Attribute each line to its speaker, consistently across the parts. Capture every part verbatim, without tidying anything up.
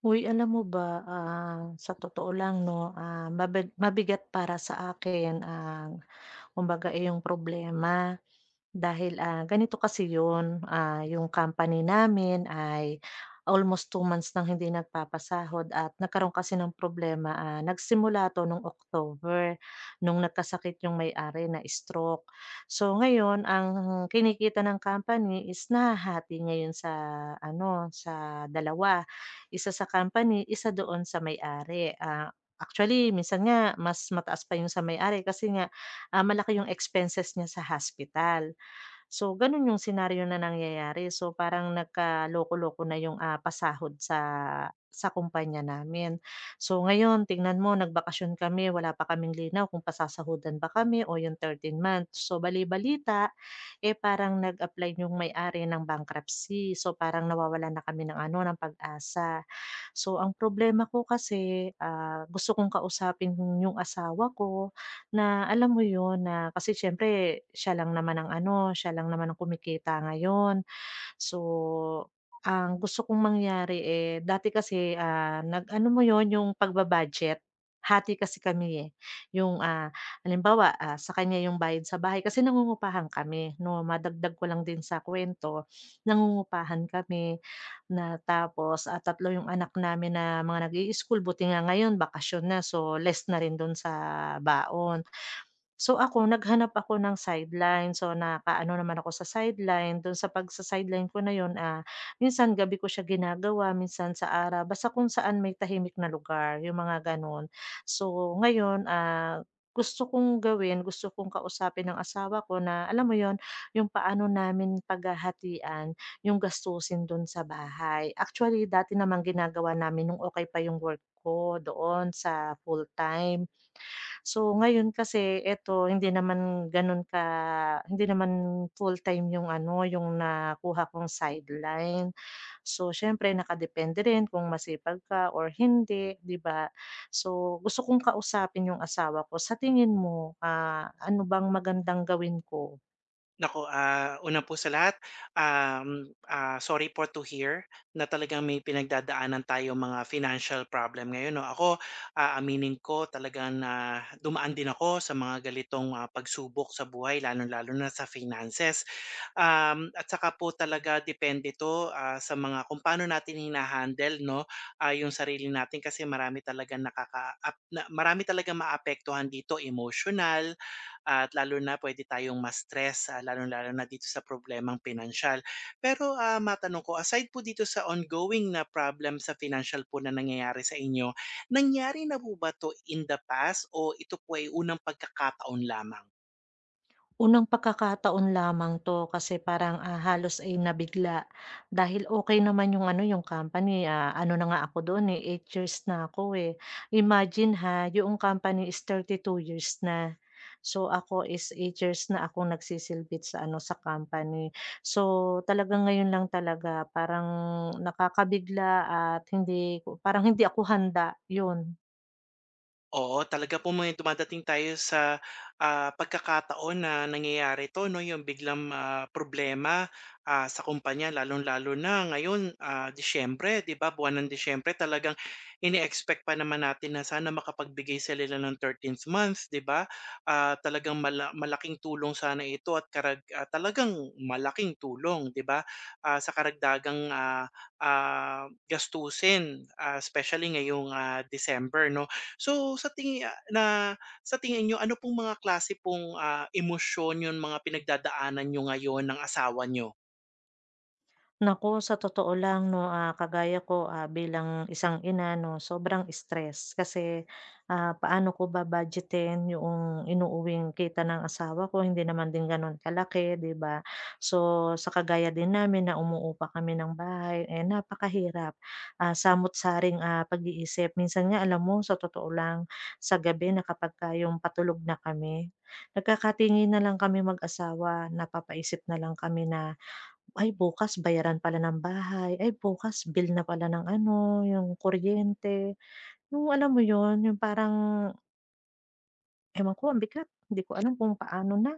Speaker 1: Uy, alam mo ba, ah, sa totoo lang 'no, ah, mabi mabigat para sa akin ang kumbaga iyong problema. Dahil, ah, ganito kasi 'yun, ah, yung company namin ay almost two months nang hindi nagpapasahod at nagkaroon kasi ng problema, ah, nagsimula 'to nung October, nung nagkasakit yung may-ari, na-stroke. So ngayon ang kinikita ng company is nahahati niya 'yun sa ano, sa dalawa, isa sa company, isa doon sa may-ari. Ah, actually minsan nga mas mataas pa yung sa may-ari kasi nga, ah, malaki yung expenses niya sa hospital. So, gano'n yung senaryo na nangyayari. So, parang nagkaloko-loko na yung, ah, pasahod sa sa kumpanya namin. So, ngayon tingnan mo nagbakasyon kami wala pa kaming linaw kung pasasahudan ba kami o yung thirteen months. So, bali-balita, eh, parang nag-apply yung may-ari ng bankruptcy. So, parang nawawala na kami ng ano, ng pag-asa. So, ang problema ko kasi, ah, gusto kong kausapin yung asawa ko na alam mo yun na kasi siyempre siya lang naman ang ano, siya lang naman ang kumikita ngayon. So, ang gusto kong mangyari, eh, dati kasi, ah, nag-ano mo yon yung pagbabudget hati kasi kami, eh. Yung, ah, halimbawa, ah, sa kanya yung bayad sa bahay kasi nangungupahan kami 'no, madagdag ko lang din sa kwento nangungupahan kami na tapos, at tatlo yung anak namin na mga nag-i-school, buti nga ngayon bakasyon na, so less na rin dun sa baon. So ako naghanap ako ng sideline, so nakaano naman ako sa sideline, dun sa pagsa-sideline ko na yun, ah, minsan gabi ko siya ginagawa, minsan sa araw, basta kung saan may tahimik na lugar, yung mga gano'n. So ngayon, ah, gusto kong gawin, gusto kong kausapin ng asawa ko na alam mo yon yung paano namin paghahatian yung gastusin dun sa bahay. Actually dati naman ginagawa namin nung okay pa yung work ko doon sa full-time. So, ngayon kasi eto hindi naman gano'n ka hindi naman full-time yung ano, yung nakuha kong sideline. So, siyempre nakadepende rin kung masipag ka or hindi, 'di ba? So, gusto kong kausapin yung asawa ko. Sa tingin mo, ah, ano bang magandang gawin ko?
Speaker 2: Nako, ah, una po sa lahat, um, ah, sorry po to hear na talagang may pinagdadaanan tayong mga financial problem ngayon, 'no. Ako, aaminin ko talagang na dumaan din ako sa mga galitong ah, pagsubok sa buhay lalo lalo na sa finances. Um, at saka po talaga depende 'to, ah, sa mga kung paano natin hina-handle, 'no, ah, yung sarili natin kasi marami talagang nakaka ap na marami talagang maapektuhan dito, emotional, at lalo na puwede tayong ma-stress, ah, lalong-lalo na dito sa problemang pinansiyal. Pero, ah, matanong ko, aside po dito sa ongoing na problem sa financial po na nangyayari sa inyo, nangyari na po ba 'to in the past o ito po ay unang pagkakataon lamang?
Speaker 1: Unang pagkakataon lamang 'to kasi parang, ah, halos ay nabigla dahil okay naman yung ano, yung company, ah, ano na nga ako doon, eh, eight years na ako, eh. Imagine, ha, yung company is thirty two years na. So, ako is eight years na akong nagsisilbit sa ano, sa company. So, talagang ngayon lang talaga parang nakakabigla at hindi ko parang hindi ako handa, yun.
Speaker 2: Oo, talaga po may dumadating tayo sa, ah, pagkakataon na nangyayari 'to, 'no, yung biglang, ah, problema, ah, sa kumpanya lalong-lalo na ngayon, ah, Disyembre, 'di ba, buwan ng Disyembre talagang ine-expect pa naman natin na sana makapagbigay sila ng thirteenth th month, 'di ba? Ah, talagang mala malaking tulong sana ito at karag ah, talagang malaking tulong, 'di ba, ah, sa karagdagang, ah, ah, gastusin, ah, especially ngayong, ah, December, 'no. So sa tingin ah, na sa tingin niyo ano pong mga klase pong, ah, emosyon yung mga pinagdadaanan niyo ngayon ng asawa niyo?
Speaker 1: Naku, sa totoo lang 'no, ah, kagaya ko, ah, bilang isang ina 'no, sobrang stress kasi, ah, paano ko ba-budgetin yung inuuwing kita ng asawa ko, hindi naman din gano'n kalaki, 'di ba? So, sa kagaya din namin na umuupa kami ng bahay, eh, napakahirap, ah, samot-saring, ah, pag-iisip. Minsan nga alam mo, sa totoo lang, sa gabi na kapagka yung patulog na kami, nagkakatingi na lang kami mag-asawa, napapaisip na lang kami na, ay bukas bayaran pala ng bahay, ay bukas bill na pala ng ano, yung kuryente. Yung alam mo yun, yung parang ewan ko, ang bigat, hindi ko alam kung paano na.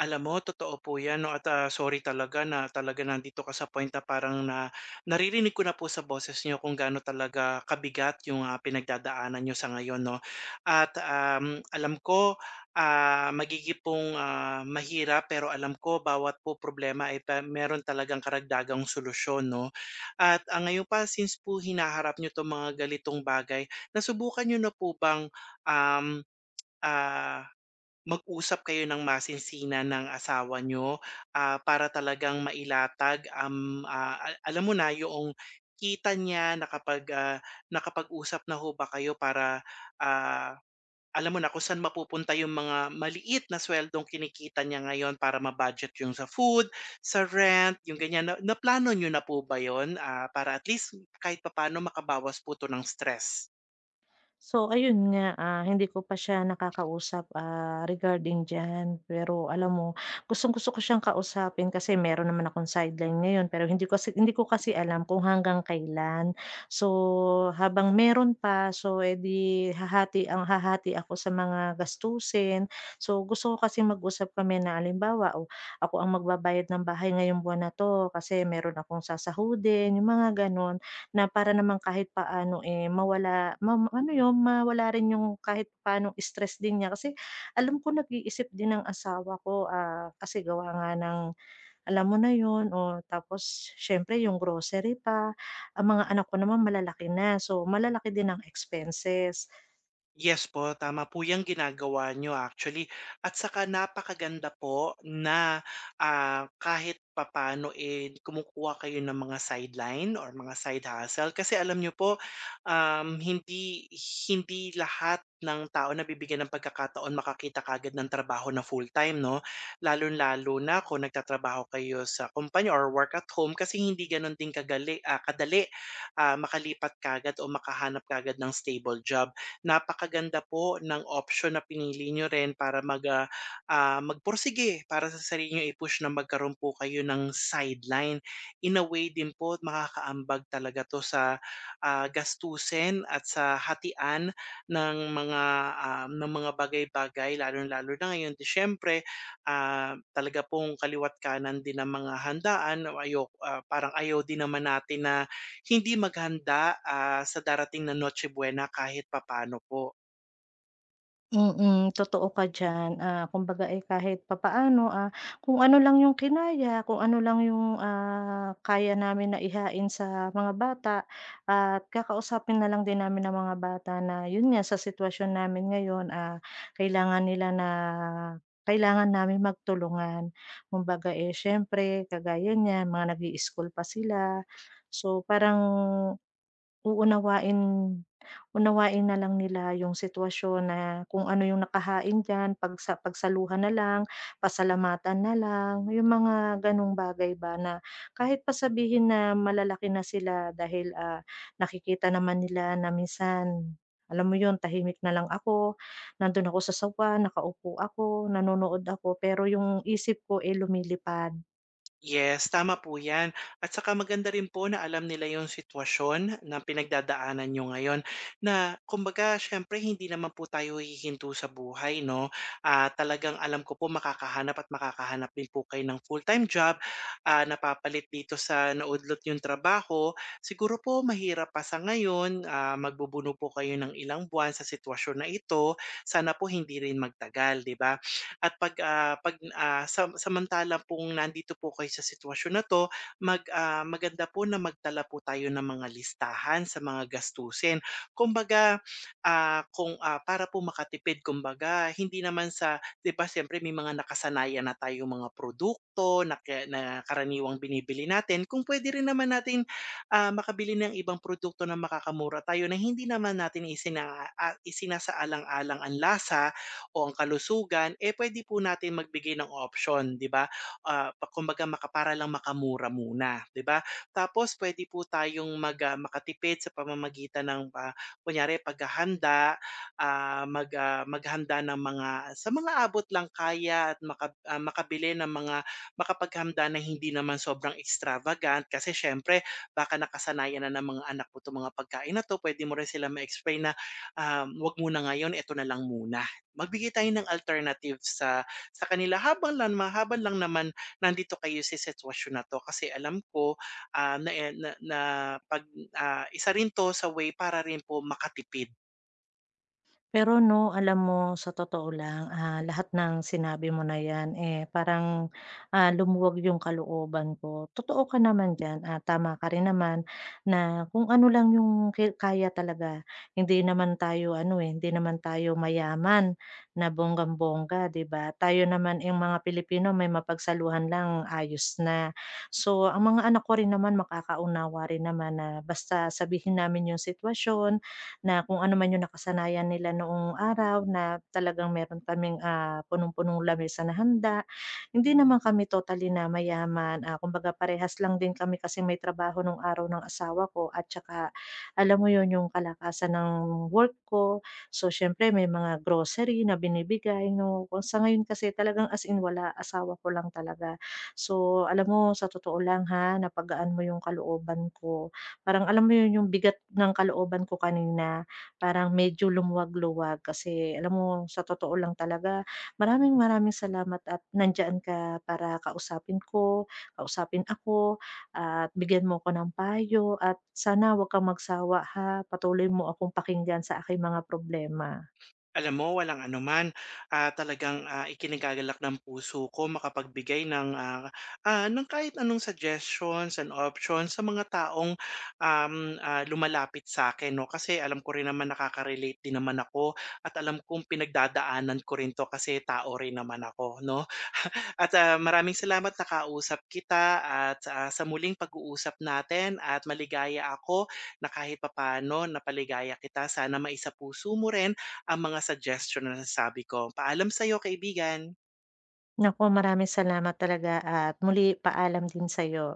Speaker 2: Alam mo totoo po 'yan, 'no, at, ah, sorry talaga na talaga nandito ka sa point na parang na naririnig ko na po sa boses niyo kung gaano talaga kabigat yung, ah, pinagdadaanan niyo sa ngayon, 'no. At, um, alam ko, ah, magiging pong, ah, mahirap pero alam ko bawat po problema ay pa meron talagang karagdagang solusyon, 'no. At, ah, ngayon pa since po hinaharap niyo 'tong mga galitong bagay, nasubukan niyo na po bang, um, ah mag-usap kayo ng masinsina ng asawa niyo, ah, para talagang mailatag, um, ah, a alam mo na yung kita niya na ah, nakapag-usap na ho ba kayo para, ah, alam mo na kung saan mapupunta yung mga maliit na suweldong kinikita niya ngayon para ma-budget yung sa food, sa rent, yung ganyan. Na plano niyo na po ba yun, ah, para at least kahit papaano makabawas po 'to ng stress?
Speaker 1: So ayun nga, ah, hindi ko pa siya nakakausap, ah, regarding diyan. Pero alam mo, gustong-gusto ko siyang kausapin kasi meron naman akong sideline ngayon pero hindi ko kasi hindi ko kasi alam kung hanggang kailan. So habang meron pa, so edi di hahati ang hahati ako sa mga gastusin. So gusto ko kasi mag-usap kami na alimbawa o ako ang magbabayad ng bahay ngayong buwan na 'to kasi meron akong sasahudin, yung mga gano'n. Na para naman kahit paano, eh, mawala ma ma- ano yun, mawala rin yung kahit paano stress din niya. Kasi alam ko nag-iisip din ng asawa ko, ah, kasi gawa nga ng alam mo na yun, o tapos siyempre yung grocery pa. Ang mga anak ko naman malalaki na, so malalaki din ang expenses.
Speaker 2: Yes po, tama po 'yang ginagawa niyo actually, at saka napakaganda po na, ah, kahit papaano, eh, kumukuha kayo ng mga sideline or mga side hustle kasi alam niyo po, um, hindi hindi lahat ng tao na bibigyan ng pagkakataon makakita kaagad ng trabaho na full-time, 'no. Lalo lalo na kung nagtatrabaho kayo sa kumpanya or work at home kasi hindi gano'n din kagali ah, kadali, ah, makalipat kaagad o makahanap kaagad ng stable job. Napakaganda po ng option na pinili niyo rin para mag, ah, ah, magpursige para sa sarili niyo i-push na magkaroon po kayo ng sideline. In a way din po makakaambag talaga 'to sa, ah, gastusin at sa hatian ng mga, ah, ng mga bagay-bagay lalo lalo na ngayon Disyembre, ah, talaga pong kaliwa't kanan din ang mga handaan o ah, parang ayaw din naman natin na hindi maghanda, ah, sa darating na Noche Buena kahit papaano po.
Speaker 1: Mm, totoo ka diyan. Ah, kumbaga, eh, kahit papaano, ah, kung ano lang yung kinaya, kung ano lang yung, ah, kaya namin na ihain sa mga bata at kakausapin na lang din namin ang mga bata na yun nga, sa sitwasyon namin ngayon, ah, kailangan nila na kailangan namin magtulungan. Kumbaga, eh, siyempre kagaya niyan, mga nag-i-school pa sila. So, parang Uunawain unawain na lang nila yung sitwasyon na kung ano yung nakahain diyan, pagsa pagsaluhan na lang, pasalamatan na lang, yung mga ganong bagay ba, na kahit pa sabihin na malalaki na sila, dahil, ah, nakikita naman nila na minsan, alam mo yun, tahimik na lang ako, nandun ako sa sofa, nakaupo ako, nanonood ako, pero yung isip ko, eh, lumilipad.
Speaker 2: Yes, tama po 'yan. At saka maganda rin po na alam nila yung sitwasyon na pinagdadaanan niyo ngayon na kumbaga siyempre hindi naman po tayo hihinto sa buhay, 'no. Ah, talagang alam ko po makakahanap at makakahanap din po kayo ng full-time job, ah, napapalit dito sa naudlot yung trabaho. Siguro po mahirap pa sa ngayon, ah, magbubuno po kayo ng ilang buwan sa sitwasyon na ito. Sana po hindi rin magtagal, 'di ba? At pag, ah, pag, ah, sam samantala pong nandito po kayo sa sitwasyon na 'to, mag, ah, maganda po na magtala po tayo ng mga listahan sa mga gastusin. Kumbaga, ah, kung, ah, para po makatipid, kumbaga hindi naman sa, 'di ba, siyempre may mga nakasanayan na tayong mga produkto na ke na karaniwang binibili natin, kung puwede rin naman natin, ah, makabili ng ibang produkto na makakamura tayo na hindi naman natin isina ah, isinasaalang-alang ang lasa o ang kalusugan, eh, puwede po natin magbigay ng option, 'di ba? Ah, pa kumbaga maka lang makamura muna, 'di ba? Tapos puwede po tayong mag, ah, makatipid sa pamamagitan ng, ah, kunyari paghahanda, ah, mag, ah, maghanda ng mga sa mga abot lang kaya at maka ah, makabili ng mga makapaghanda na hindi naman sobrang extravagant kasi siyempre baka nakasanayan na ng mga anak mo 'tong mga pagkain na 'to, puwede mo rin sila ma-explain na, um, "Wag muna ngayon, eto na lang muna." Magbigay tayo ng alternative sa sa kanila habang lang ma lang naman nandito kayo sa sitwasyon na 'to. Kasi alam ko, ah, na, eh, na na 'pag, ah, isa rin 'to sa way para rin po makatipid.
Speaker 1: Pero 'no, alam mo sa totoo lang, ah, lahat ng sinabi mo na 'yan, eh, parang, ah, lumuwag 'yung kalooban ko. Totoo ka naman diyan, ah tama ka rin naman na kung ano lang 'yung ki kaya talaga. Hindi naman tayo ano, eh, hindi naman tayo mayaman na bonggang-bongga, 'di ba? Tayo naman, eh, mga Pilipino, may mapagsaluhan lang ayos na. So, ang mga anak ko rin naman makakaunawa rin naman na basta sabihin namin 'yung sitwasyon na kung ano man yung nakasanayan nila noong araw na talagang meron kaming, ah, punong-punong lamesa na handa. Hindi naman kami totally na mayaman, ah, kumbaga parehas lang din kami kasi may trabaho nung araw ng asawa ko at tsaka alam mo yun, yung kalakasan ng work ko. So, siyempre may mga grocery na binibigay 'no, kung sa ngayon kasi talagang as in wala, asawa ko lang talaga. So, alam mo sa totoo lang ha, napagaan mo yung kalooban ko. Parang alam mo yun yung bigat ng kalooban ko kanina, parang medyo lumuwag-luwag kasi alam mo sa totoo lang talaga, maraming maraming salamat at nandyan ka para kausapin ko, kausapin ako at bigyan mo ko ng payo, at sana huwag kang magsawa ha, patuloy mo akong pakinggan sa aking mga problema.
Speaker 2: Alam mo, walang anuman, ah, talagang, ah, ikinagagalak ng puso ko makapagbigay ng, ah, ah, ng kahit anong suggestions and options sa mga taong, um, ah, lumalapit sa'kin, 'no. Kasi alam ko rin naman nakaka-relate din naman ako at alam kong pinagdadaanan ko rin 'to kasi tao rin naman ako, 'no. At, ah, maraming salamat nakausap kita at, ah, sa muling pag-uusap natin at maligaya ako na kahit papaano napaligaya kita. Sana maisapuso mo rin ang mga suggestion na nasabi ko. Paalam sa'yo, kaibigan.
Speaker 1: Naku, maraming salamat talaga at muli, paalam din sa'yo.